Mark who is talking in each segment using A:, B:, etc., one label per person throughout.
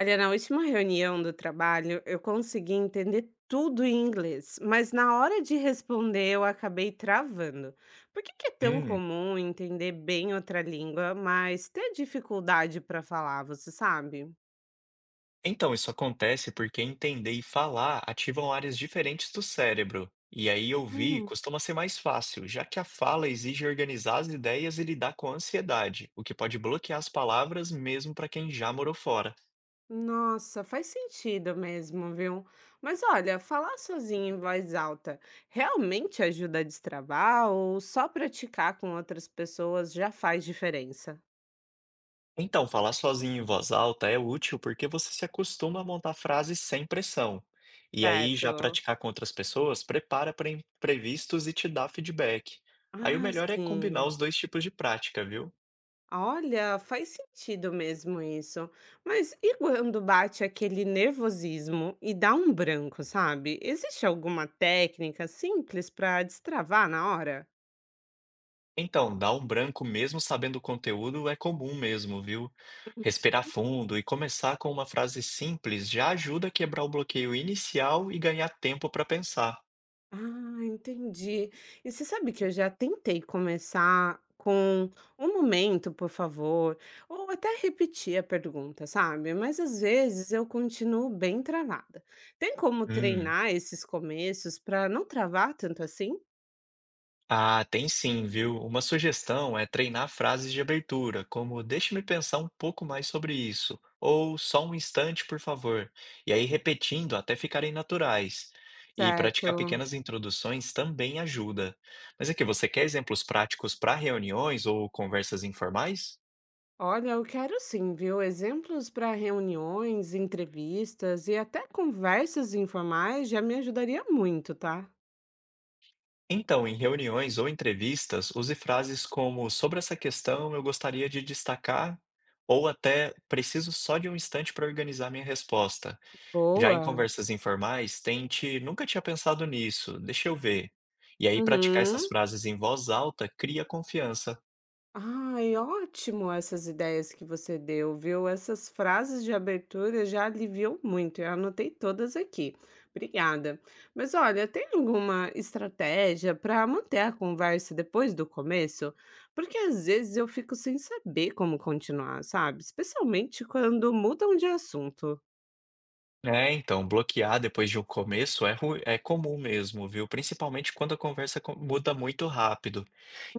A: Olha, na última reunião do trabalho, eu consegui entender tudo em inglês, mas na hora de responder eu acabei travando. Por que que é tão
B: Hum,
A: comum entender bem outra língua, mas ter dificuldade para falar, você sabe?
B: então isso acontece porque entender e falar ativam áreas diferentes do cérebro. E aí ouvir
A: Hum.
B: costuma ser mais fácil, já que a fala exige organizar as ideias e lidar com a ansiedade, o que pode bloquear as palavras mesmo para quem já morou fora.
A: Nossa, faz sentido mesmo, viu? Mas olha, falar sozinho em voz alta realmente ajuda a destravar ou só praticar com outras pessoas já faz diferença?
B: Então, falar sozinho em voz alta é útil porque você se acostuma a montar frases sem pressão. E aí já
A: Certo.
B: praticar com outras pessoas prepara para imprevistos e te dá feedback. Aí o
A: Ah,
B: melhor é combinar
A: sim.
B: os dois tipos de prática, viu?
A: Olha, faz sentido mesmo isso. Mas e quando bate aquele nervosismo e dá um branco, sabe? Existe alguma técnica simples para destravar na hora?
B: Então, dar um branco mesmo sabendo o conteúdo é comum mesmo, viu? Respirar fundo e começar com uma frase simples já ajuda a quebrar o bloqueio inicial e ganhar tempo para pensar.
A: Ah, entendi. E você sabe que eu já tentei começar com um momento, por favor, ou até repetir a pergunta, sabe? Mas às vezes eu continuo bem travada. Tem como
B: Hum.
A: treinar esses começos para não travar tanto assim?
B: Ah, tem sim, viu? Uma sugestão é treinar frases de abertura, como deixe-me pensar um pouco mais sobre isso, ou só um instante, por favor, e aí repetindo até ficarem naturais. E praticar
A: Certo.
B: pequenas introduções também ajuda. Mas aqui, você quer exemplos práticos para reuniões ou conversas informais?
A: Olha, eu quero sim, viu? Exemplos para reuniões, entrevistas e até conversas informais já me ajudaria muito, tá?
B: Então, em reuniões ou entrevistas, use frases como sobre essa questão eu gostaria de destacar, ou até preciso só de um instante para organizar minha resposta. Já em
A: Boa.
B: conversas informais, tente nunca tinha pensado nisso, deixa eu ver. E aí praticar essas
A: Uhum.
B: frases em voz alta cria confiança.
A: Ai, ótimo essas ideias que você deu, viu? Essas frases de abertura já aliviou muito. Eu anotei todas aqui. Obrigada. Mas olha, tem alguma estratégia para manter a conversa depois do começo? Porque às vezes eu fico sem saber como continuar, sabe? Especialmente quando mudam de assunto.
B: É, então, bloquear depois de um começo é comum mesmo, viu? Principalmente quando a conversa muda muito rápido.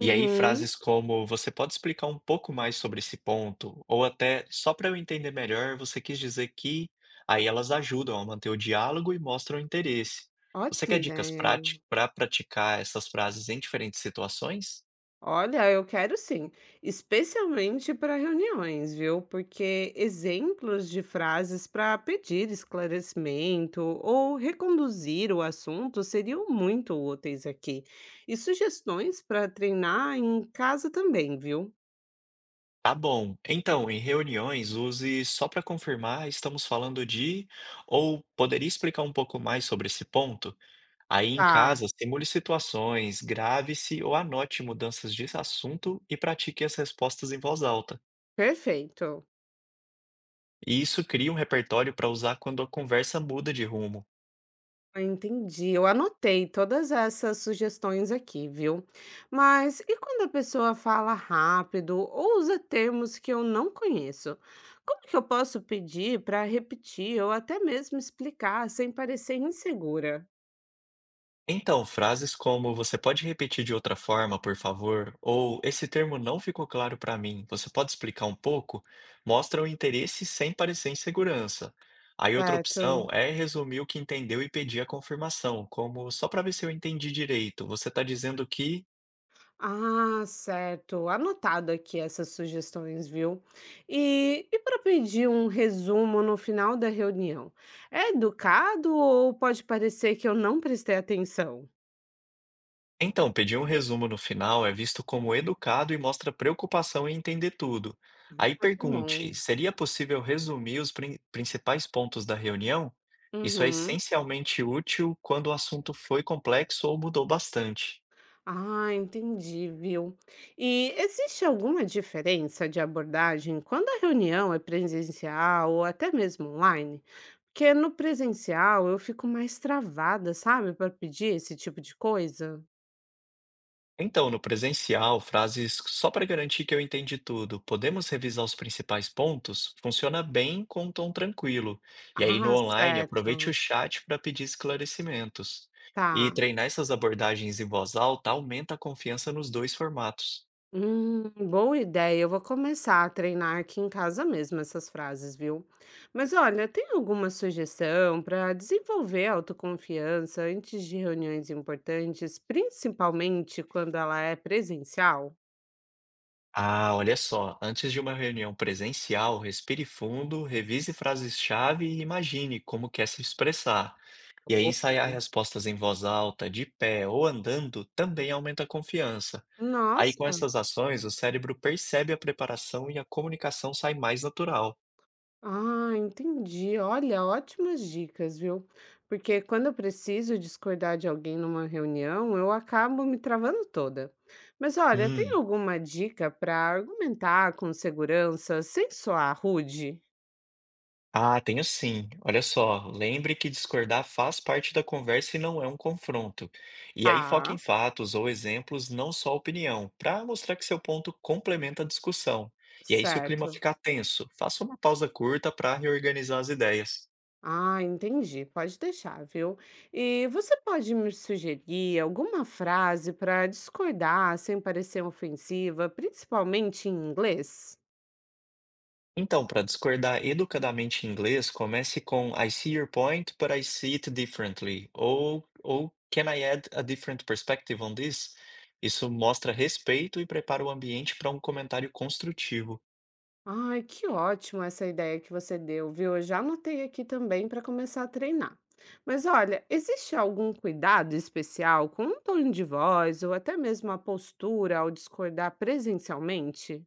B: E aí, frases como você pode explicar um pouco mais sobre esse ponto, ou até só para eu entender melhor, você quis dizer que. Aí elas ajudam a manter o diálogo e mostram interesse. Você
A: ótima
B: quer dicas
A: ideia.
B: práticas para praticar essas frases em diferentes situações?
A: Olha, eu quero sim, especialmente para reuniões, viu? Porque exemplos de frases para pedir esclarecimento ou reconduzir o assunto seriam muito úteis aqui. E sugestões para treinar em casa também, viu?
B: Tá bom. Então, em reuniões, use só para confirmar, estamos falando de, ou poderia explicar um pouco mais sobre esse ponto? Aí em
A: Tá,
B: casa, simule situações, grave-se ou anote mudanças de assunto e pratique as respostas em voz alta.
A: perfeito.
B: E isso cria um repertório para usar quando a conversa muda de rumo.
A: Ah, entendi. Eu anotei todas essas sugestões aqui, viu? Mas e quando a pessoa fala rápido ou usa termos que eu não conheço? Como que eu posso pedir para repetir ou até mesmo explicar sem parecer insegura?
B: Então, frases como "Você pode repetir de outra forma, por favor?" ou "Esse termo não ficou claro para mim, você pode explicar um pouco?", mostram interesse sem parecer insegurança. Aí outra opção
A: Certo.
B: é resumir o que entendeu e pedir a confirmação, como "Só para ver se eu entendi direito, você está dizendo que..."
A: Ah, certo. Anotado aqui essas sugestões, viu? E para pedir um resumo no final da reunião, é educado ou pode parecer que eu não prestei atenção?
B: Então, pedir um resumo no final é visto como educado e mostra preocupação em entender tudo. Aí
A: Ai, que bom.
B: pergunte: seria possível resumir os principais pontos da reunião? Isso é
A: Uhum.
B: essencialmente útil quando o assunto foi complexo ou mudou bastante.
A: Ah, entendi, viu? E existe alguma diferença de abordagem quando a reunião é presencial ou até mesmo online? Porque no presencial eu fico mais travada, sabe, para pedir esse tipo de coisa.
B: Então, no presencial, frases só para garantir que eu entendi tudo. Podemos revisar os principais pontos? Funciona bem com um tom tranquilo. E aí, no
A: Ah,
B: online, aproveite o
A: certo.
B: chat para pedir esclarecimentos. E
A: Tá.
B: treinar essas abordagens em voz alta aumenta a confiança nos dois formatos.
A: Boa ideia. Eu vou começar a treinar aqui em casa mesmo essas frases, viu? Mas olha, tem alguma sugestão para desenvolver a autoconfiança antes de reuniões importantes, principalmente quando ela é presencial?
B: Ah, olha só, antes de uma reunião presencial, respire fundo, revise frases-chave e imagine como quer se expressar. E aí, ensaiar respostas em voz alta, de pé ou andando também aumenta a confiança. Aí, com
A: Nossa!
B: essas ações, o cérebro percebe a preparação e a comunicação sai mais natural.
A: Ah, entendi. Olha, ótimas dicas, viu? Porque quando eu preciso discordar de alguém numa reunião, eu acabo me travando toda. Mas olha, tem
B: Hum.
A: alguma dica para argumentar com segurança sem soar rude?
B: Ah, tenho sim. Olha só, lembre que discordar faz parte da conversa e não é um confronto. E aí foque
A: Ah,
B: em fatos ou exemplos, não só opinião, para mostrar que seu ponto complementa a discussão. E aí, se o clima
A: certo.
B: ficar tenso, faça uma pausa curta para reorganizar as ideias.
A: Ah, entendi. Pode deixar, viu? E você pode me sugerir alguma frase para discordar sem parecer ofensiva, principalmente em inglês?
B: Então, para discordar educadamente em inglês, comece com I see your point, but I see it differently. Ou Can I add a different perspective on this? Isso mostra respeito e prepara o ambiente para um comentário construtivo.
A: Ai, que ótimo essa ideia que você deu, viu? Eu já anotei aqui também para começar a treinar. Mas olha, existe algum cuidado especial com o tom de voz ou até mesmo a postura ao discordar presencialmente?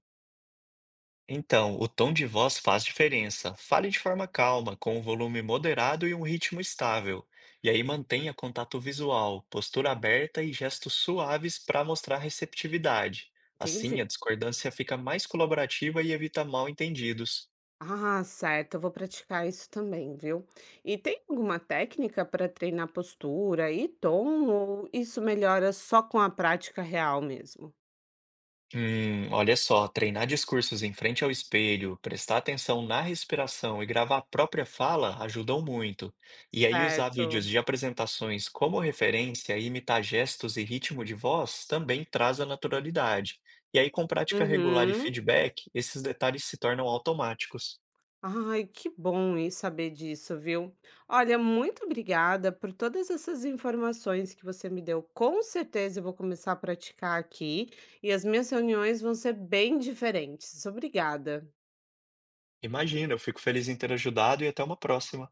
B: Então, o tom de voz faz diferença. Fale de forma calma, com um volume moderado e um ritmo estável. E aí mantenha contato visual, postura aberta e gestos suaves para mostrar receptividade.
A: Entendi.
B: Assim, a discordância fica mais colaborativa e evita mal-entendidos.
A: Ah, certo, eu vou praticar isso também, viu? E tem alguma técnica para treinar postura e tom ou isso melhora só com a prática real mesmo?
B: Olha só, treinar discursos em frente ao espelho, prestar atenção na respiração e gravar a própria fala ajudam muito. E aí usar vídeos
A: Certo.
B: de apresentações como referência e imitar gestos e ritmo de voz também traz a naturalidade. E aí com prática regular e
A: Uhum.
B: feedback, esses detalhes se tornam automáticos.
A: Ai, que bom e saber disso, viu? Olha, muito obrigada por todas essas informações que você me deu. Com certeza eu vou começar a praticar aqui e as minhas reuniões vão ser bem diferentes. Obrigada.
B: Imagina, eu fico feliz em ter ajudado e até uma próxima.